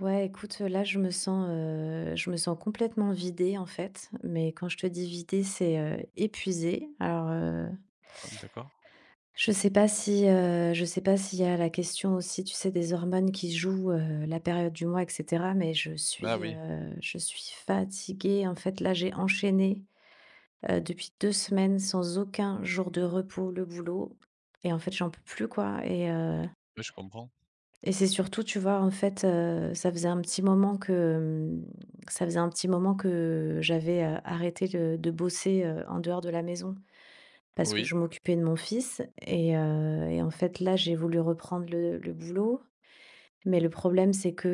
Ouais, écoute, là, je me sens complètement vidée, en fait, mais quand je te dis vidée, c'est, épuisée. Alors, Ah d'accord. Je sais pas s'il y a la question aussi, tu sais, des hormones qui jouent, la période du mois et cetera, mais Ah oui, je suis fatiguée. En fait, là, j'ai enchaîné, depuis 2 semaines sans aucun jour de repos, le boulot et en fait, j'en peux plus, quoi. oui, je comprends. Et c'est surtout, tu vois, en fait, ça faisait un petit moment que, mm, ça faisait un petit moment que j'avais, arrêté de bosser, en dehors de la maison parce que Oui. je m'occupais de mon fils et en fait, là, j'ai voulu reprendre le boulot. Mais le problème, c'est que,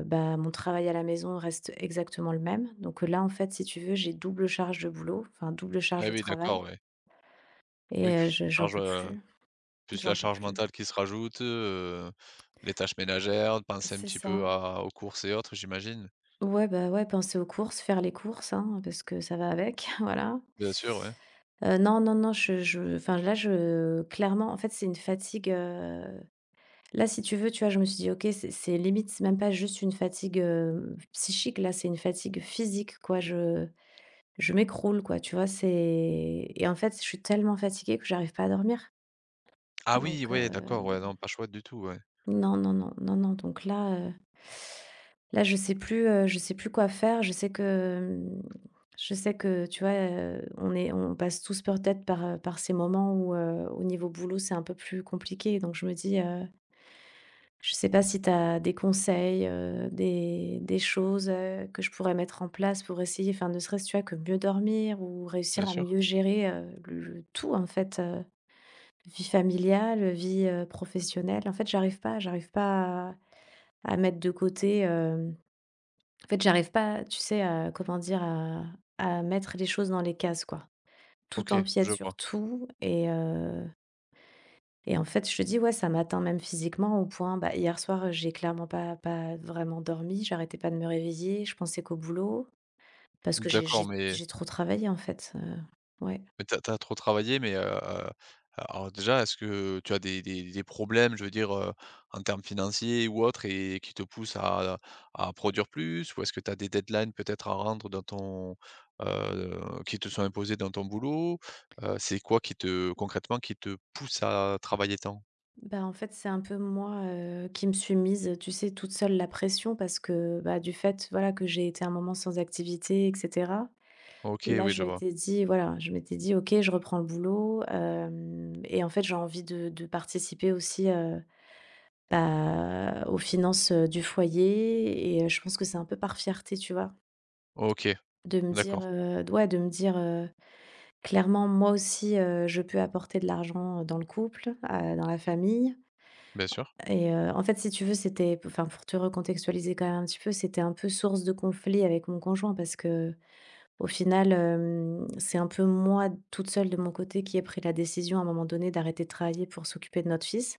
bah, mon travail à la maison reste exactement le même. Donc, là, en fait, si tu veux, j'ai double charge de boulot, enfin double charge Ah de oui, d'accord, travail ouais. Oui, et plus je une j'en charge, peux plus, plus la j'en peux charge plus. mentale qui se rajoute, les tâches ménagères, penser un C'est petit peu ça. à aux courses et autres, j'imagine? Ouais, bah, ouais, penser aux courses, faire les courses, hein, parce que ça va avec, voilà. Bien sûr, ouais. Non, non, non, je enfin, là, je clairement, en fait, c'est une fatigue, là, si tu veux, tu vois, je me suis dit: «OK, c'est limite, c'est même pas juste une fatigue, psychique, là, c'est une fatigue physique, quoi». Je m'écroule, quoi, tu vois? C'est et en fait, je suis tellement fatiguée que j'arrive pas à dormir, Ah oui, donc ouais, d'accord, ouais, non, pas chouette du tout, ouais. non, non, non, non, non, donc là, là, je sais plus quoi faire. Hem, je sais que, tu vois, on passe tous peut-être par, par ces moments où, au niveau boulot, c'est un peu plus compliqué, donc je me dis, je sais pas si tu as des conseils, des choses, que je pourrais mettre en place pour essayer, enfin, ne serait-ce, tu vois, que mieux dormir ou Bien réussir à sûr. mieux gérer, le tout, en fait, vie familiale, vie, professionnelle. En fait, j'arrive pas à mettre de côté, en fait, j'arrive pas, tu sais, à comment dire? À mettre les choses dans les cases, quoi. Tout OK, empiète je sur vois. tout et en fait, je te dis, ouais, ça m'atteint même physiquement au point, bah, hier soir, j'ai clairement pas vraiment dormi. J'arrêtais pas de me réveiller, je pensais qu'au boulot parce que j'ai D'accord, j'ai mais j'ai trop travaillé, en fait, ouais. Mais tu as trop travaillé, mais, alors déjà, est-ce que tu as des problèmes, je veux dire, en termes financiers ou autres et qui te poussent à produire plus? Ou est-ce que tu as des deadlines peut-être à rendre dans ton, qui te sont imposées dans ton boulot? C'est quoi qui te concrètement qui te pousse à travailler tant? Bah, en fait, c'est un peu moi, qui me suis mise, tu sais, toute seule la pression parce que, bah, du fait, voilà, que j'ai été un moment sans activité etc. OK, Là, oui, je je vois. m'étais dit voilà, je m'étais dit: «OK, je reprends le boulot, hem et en fait, j'ai envie de participer aussi, bah, aux finances, du foyer» et je pense que c'est un peu par fierté, tu vois? OK, De me dire, d'accord. Ouais, de me dire, clairement: «Moi aussi, je peux apporter de l'argent, dans le couple, dans la famille» Bien sûr. et en fait, si tu veux, c'était enfin, pour te recontextualiser quand même un petit peu, c'était un peu source de conflit avec mon conjoint parce que au final, c'est un peu moi toute seule de mon côté qui ai pris la décision à un moment donné d'arrêter de travailler pour s'occuper de notre fils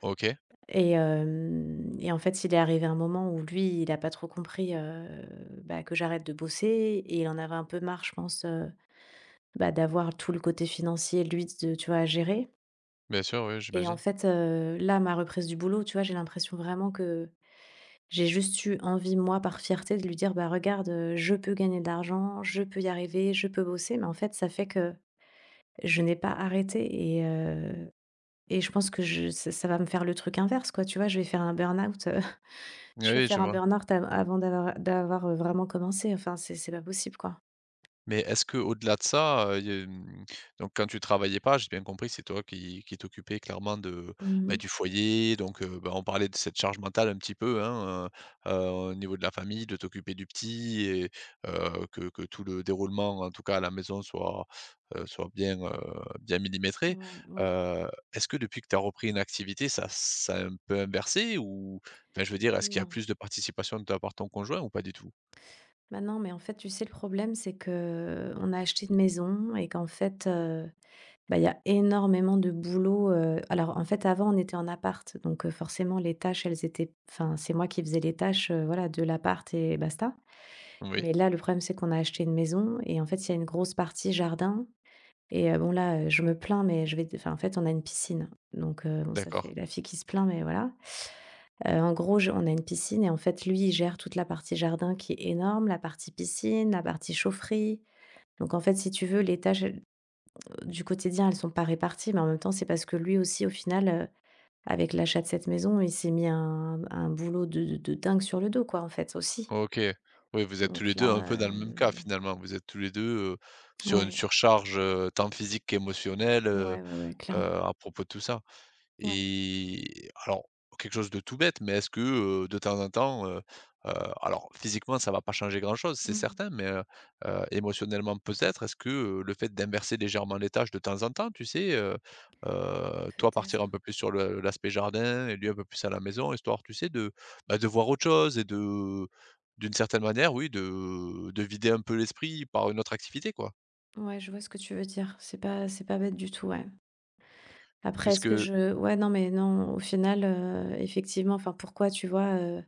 OK. et en fait, il est arrivé un moment où lui, il n'a pas trop compris, bah, que j'arrête de bosser et il en avait un peu marre, je pense, bah, d'avoir tout le côté financier, lui, de tu vois, à gérer Bien sûr, oui, et en j'imagine. fait, là, ma reprise du boulot, tu vois, j'ai l'impression vraiment que j'ai juste eu envie, moi, par fierté, de lui dire: «Bah, regarde, je peux gagner de l'argent, je peux y arriver, je peux bosser» mais en fait, ça fait que je n'ai pas arrêté. Et je pense que je ça ça va me faire le truc inverse quoi, tu vois? Je vais faire un burn-out, je vais Oui, je faire un vois. burn-out av avant d'avoir vraiment commencé. Enfin, c'est pas possible quoi. Mais est-ce que au delà de ça, y a, mmh, donc quand tu travaillais pas, j'ai bien compris, c'est toi qui t'occupais clairement de, bah, Mmh. du foyer, donc bah, on parlait de cette charge mentale un petit peu, hein, heu heu, au niveau de la famille, de t'occuper du petit et que tout le déroulement, en tout cas à la maison, soit, soit bien, bien millimétré. Ouais, ouais. Est-ce que depuis que tu as repris une activité, ça ça a un peu inversé ou enfin, je veux dire, est-ce qu'il y a Non. plus de participation de ta part de ton conjoint ou pas du tout? Bah, non, mais en fait, tu sais, le problème, c'est que on a acheté une maison et qu'en fait, bah, il y a énormément de boulot, alors en fait, avant, on était en appart, donc forcément les tâches, elles étaient enfin, c'est moi qui faisais les tâches, voilà, de l'appart et basta. Oui, Mais là, le problème, c'est qu'on a acheté une maison et en fait, il y a une grosse partie jardin et bon là, je me plains, mais je vais enfin, en fait, on a une piscine, donc bon, ça d'accord. fait la fille qui se plaint, mais voilà. En gros, je on a une piscine et en fait, lui, il gère toute la partie jardin qui est énorme, la partie piscine, la partie chaufferie. Donc en fait, si tu veux, les tâches, elles, du quotidien, elles sont pas réparties, mais en même temps, c'est parce que lui aussi, au final, avec l'achat de cette maison, il s'est mis un boulot de dingue sur le dos, quoi, en fait, aussi. OK. Oui, vous êtes tous Donc les 2 un là, peu dans le même cas finalement. Vous êtes tous les 2 heu, sur une ouais. surcharge, tant physique qu'émotionnelle, Ouais, ouais, ouais, heu, clairement. à propos de tout ça. Ouais. Et alors, quelque chose de tout bête, mais est-ce que, de temps en temps, heu, alors physiquement ça va pas changer grand-chose, c'est Mmh. certain, mais émotionnellement peut-être, est-ce que, le fait d'inverser légèrement les tâches de temps en temps, tu sais, toi Peut-être. partir un peu plus sur le l'aspect jardin et lui un peu plus à la maison, histoire, tu sais, de, bah, de voir autre chose et de d'une certaine manière, oui, de vider un peu l'esprit par une autre activité, quoi? Ouais, je vois ce que tu veux dire. C'est pas bête du tout, ouais. Après, est-ce Puisque que je ouais, non, mais non, au final, effectivement, enfin, pourquoi, tu vois,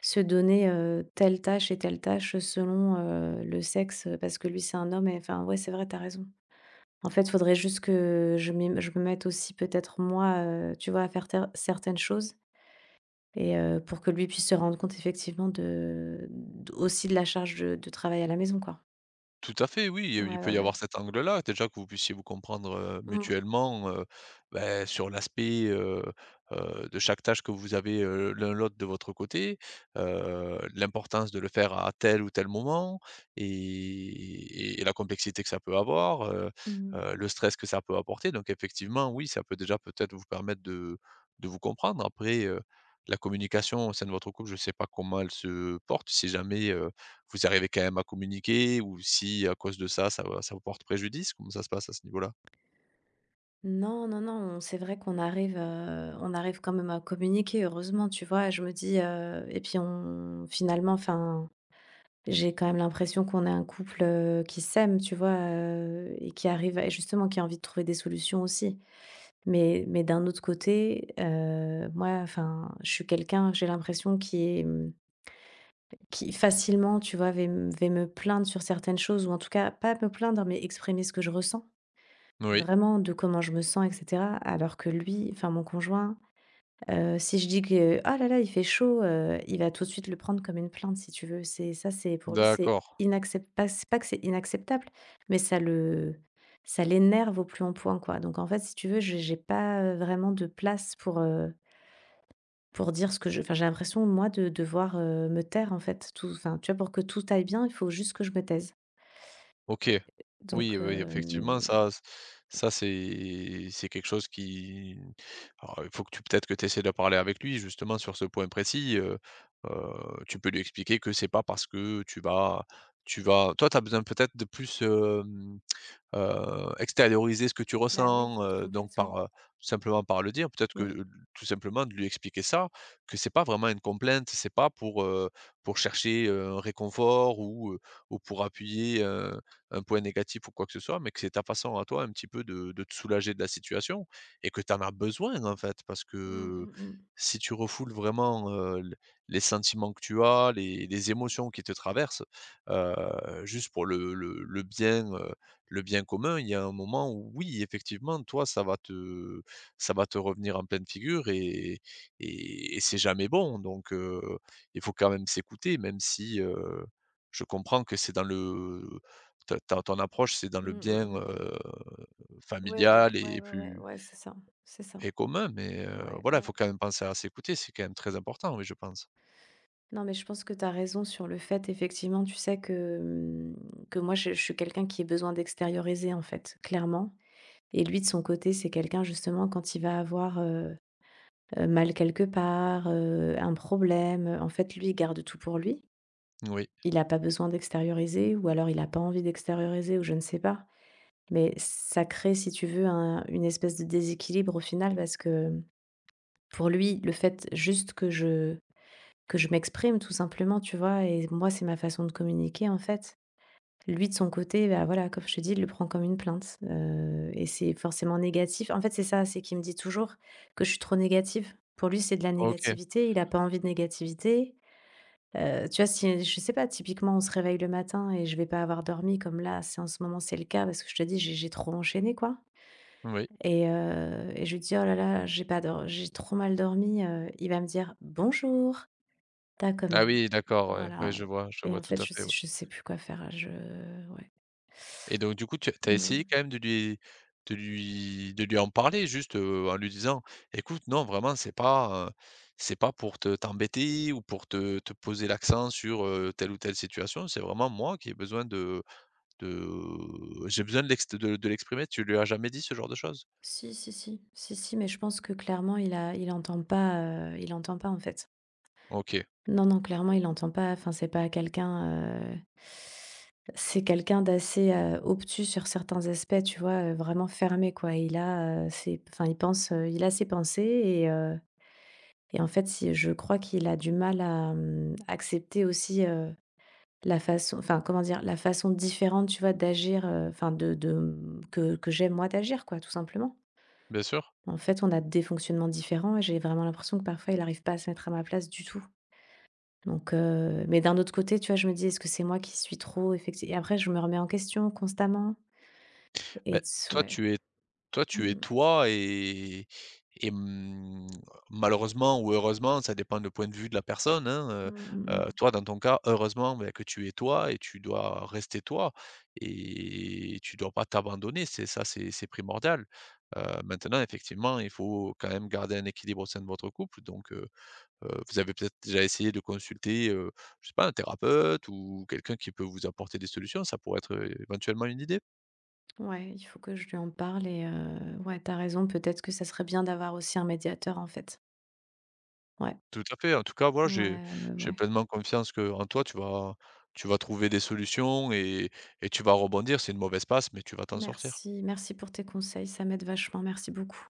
se donner, telle tâche et telle tâche selon, le sexe, parce que lui, c'est un homme et enfin, ouais, c'est vrai, t'as raison. En fait, faudrait juste que je me mette aussi peut-être moi, tu vois, à faire ter certaines choses et pour que lui puisse se rendre compte effectivement de d aussi de la charge de travail à la maison, quoi. tout à fait, oui, il Ouais, ouais, peut y avoir ouais. cet angle-là, déjà que vous puissiez vous comprendre, Mmh. mutuellement, beh, sur l'aspect, de chaque tâche que vous avez, l'un l'autre de votre côté, l'importance de le faire à tel ou tel moment et et la complexité que ça peut avoir, Mmh. Le stress que ça peut apporter donc effectivement, oui, ça peut déjà peut-être vous permettre de vous comprendre. Après, la communication au sein de votre couple, je ne sais pas comment elle se porte, si jamais, vous arrivez quand même à communiquer ou si à cause de ça, ça va ça vous porte préjudice? Comment ça se passe à ce niveau-là? Non, non, non, c'est vrai qu'on arrive quand même à communiquer, heureusement, tu vois? Je me dis, et puis on finalement, enfin, j'ai quand même l'impression qu'on est un couple, qui s'aime, tu vois? Et qui arrive à et justement, qui a envie de trouver des solutions aussi. Mais d'un autre côté, moi, enfin, je suis quelqu'un, j'ai l'impression qui est, qui facilement, tu vois, va me plaindre sur certaines choses ou en tout cas, pas me plaindre, mais exprimer ce que je ressens. Oui, Vraiment de comment je me sens et cetera. Alors que lui, enfin mon conjoint, si je dis que: «Ah là là, il fait chaud», il va tout de suite le prendre comme une plainte si tu veux. C'est ça, c'est pour lui, c'est d'accord. inaccept pas c'est pas que c'est inacceptable, mais ça l'énerve au plus haut point, quoi. Donc en fait, si tu veux, j'ai pas, vraiment de place pour dire ce que je enfin j'ai l'impression moi de devoir, me taire en fait tout enfin tu vois pour que tout aille bien, il faut juste que je me taise. OK. Donc Oui, oui, oui, effectivement, ça, c'est quelque chose qui alors il faut que tu peut-être que tu essaies de parler avec lui justement sur ce point précis, heu, tu peux lui expliquer que c'est pas parce que tu vas toi, tu as besoin peut-être de plus, heu, extérioriser ce que tu bah oui, ressens, donc complètement, par, tout simplement par le dire, peut-être que, oui. Tout simplement de lui expliquer ça, que c'est pas vraiment une complainte, c'est pas pour, pour chercher, un réconfort ou pour appuyer, un point négatif ou quoi que ce soit, mais que c'est ta façon à toi un petit peu de te soulager de la situation et que tu en as besoin en fait. Parce Mmh, que mmh mh. si tu refoules vraiment, l les sentiments que tu as, les émotions qui te traversent, juste pour le bien commun, il y a un moment où oui, effectivement, toi, ça va te revenir en pleine figure et c'est jamais bon donc il faut quand même s'écouter même si, je comprends que c'est dans le ta ta ton approche, c'est dans Mmh, le mmh bien, mh. Ouais de familial ouais, et ouais, ouais, plus ouais, c'est ça, c'est ça. et commun mais Ouais, voilà, il ouais. faut quand même penser à s'écouter, c'est quand même très important, oui, je pense. Non, mais je pense que tu as raison sur le fait, effectivement, tu sais que, que moi je suis quelqu'un qui a besoin d'extérioriser, en fait, clairement et lui, de son côté, c'est quelqu'un justement quand il va avoir, mal quelque part, un problème, en fait, lui, il garde tout pour lui. Oui. Il a pas besoin d'extérioriser ou alors il a pas envie d'extérioriser ou je ne sais pas. Mais ça crée, si tu veux, un une espèce de déséquilibre au final parce que pour lui, le fait juste que je m'exprime tout simplement, tu vois? Et moi, c'est ma façon de communiquer, en fait. Lui, de son côté, bah, voilà, comme je te dis, il le prend comme une plainte, et c'est forcément négatif. En fait, c'est ça, c'est qu'il me dit toujours que je suis trop négative. Pour lui, c'est de la OK. négativité, il a pas envie de négativité. Tu vois, si je sais pas, typiquement, on se réveille le matin et je vais pas avoir dormi comme là, c'est en ce moment, c'est le cas parce que je te dis, j'ai trop enchaîné, quoi. Oui. Et je lui dis: «Oh là là, j'ai pas dor j'ai trop mal dormi», il va me dire: «Bonjour, t'as comme» Ah oui, d'accord, ouais. Ouais, voilà. Je Et vois en tout fait, à fait, ouais. je sais plus quoi faire, je ouais. Et donc du coup, tu as essayé Mmh. quand même de lui de lui en parler juste, en lui disant: «Écoute, non, vraiment, c'est pas pour te t'embêter ou pour te te poser l'accent sur, telle ou telle situation. C'est vraiment moi qui ai besoin de j'ai besoin de l'ex de l'exprimer». Tu lui as jamais dit ce genre de choses? Si, si, si, si, si, mais je pense que clairement il entend pas, en fait. OK, Non, non, clairement il entend pas, enfin, c'est pas quelqu'un, c'est quelqu'un d'assez, obtus sur certains aspects, tu vois? Vraiment fermé, quoi. Il a, ses enfin, il pense, il a ses pensées. Et en fait, si je crois qu'il a du mal à, accepter aussi, la façon enfin, comment dire? La façon différente, tu vois, d'agir, enfin de, que j'aime moi d'agir quoi, tout simplement. bien sûr. En fait, on a des fonctionnements différents et j'ai vraiment l'impression que parfois il n'arrive pas à se mettre à ma place du tout. Donc mais d'un autre côté, tu vois, je me dis: «Est-ce que c'est moi qui suis trop effectivement». Et après je me remets en question constamment et Beh, ts toi, ouais. tu es toi, tu es Mmh. toi et mmh, malheureusement ou heureusement, ça dépend du point de vue de la personne, hein, Mmh mh, toi, dans ton cas, heureusement, beh, que tu es toi et tu dois rester toi et tu dois pas t'abandonner, c'est ça, c'est primordial. Maintenant, effectivement, il faut quand même garder un équilibre au sein de votre couple, donc vous avez peut-être déjà essayé de consulter, je sais pas, un thérapeute ou quelqu'un qui peut vous apporter des solutions, ça pourrait être, éventuellement une idée? mmh. Ouais, il faut que je lui en parle et ouais, t'as raison, peut-être que ça serait bien d'avoir aussi un médiateur en fait. Ouais. Tout à fait. En tout cas, voilà, Ouais, ouais, j'ai ouais. pleinement confiance que en toi, tu vas trouver des solutions et tu vas rebondir. C'est une mauvaise passe, mais tu vas t'en sortir. Merci, merci pour tes conseils, ça m'aide vachement, merci beaucoup.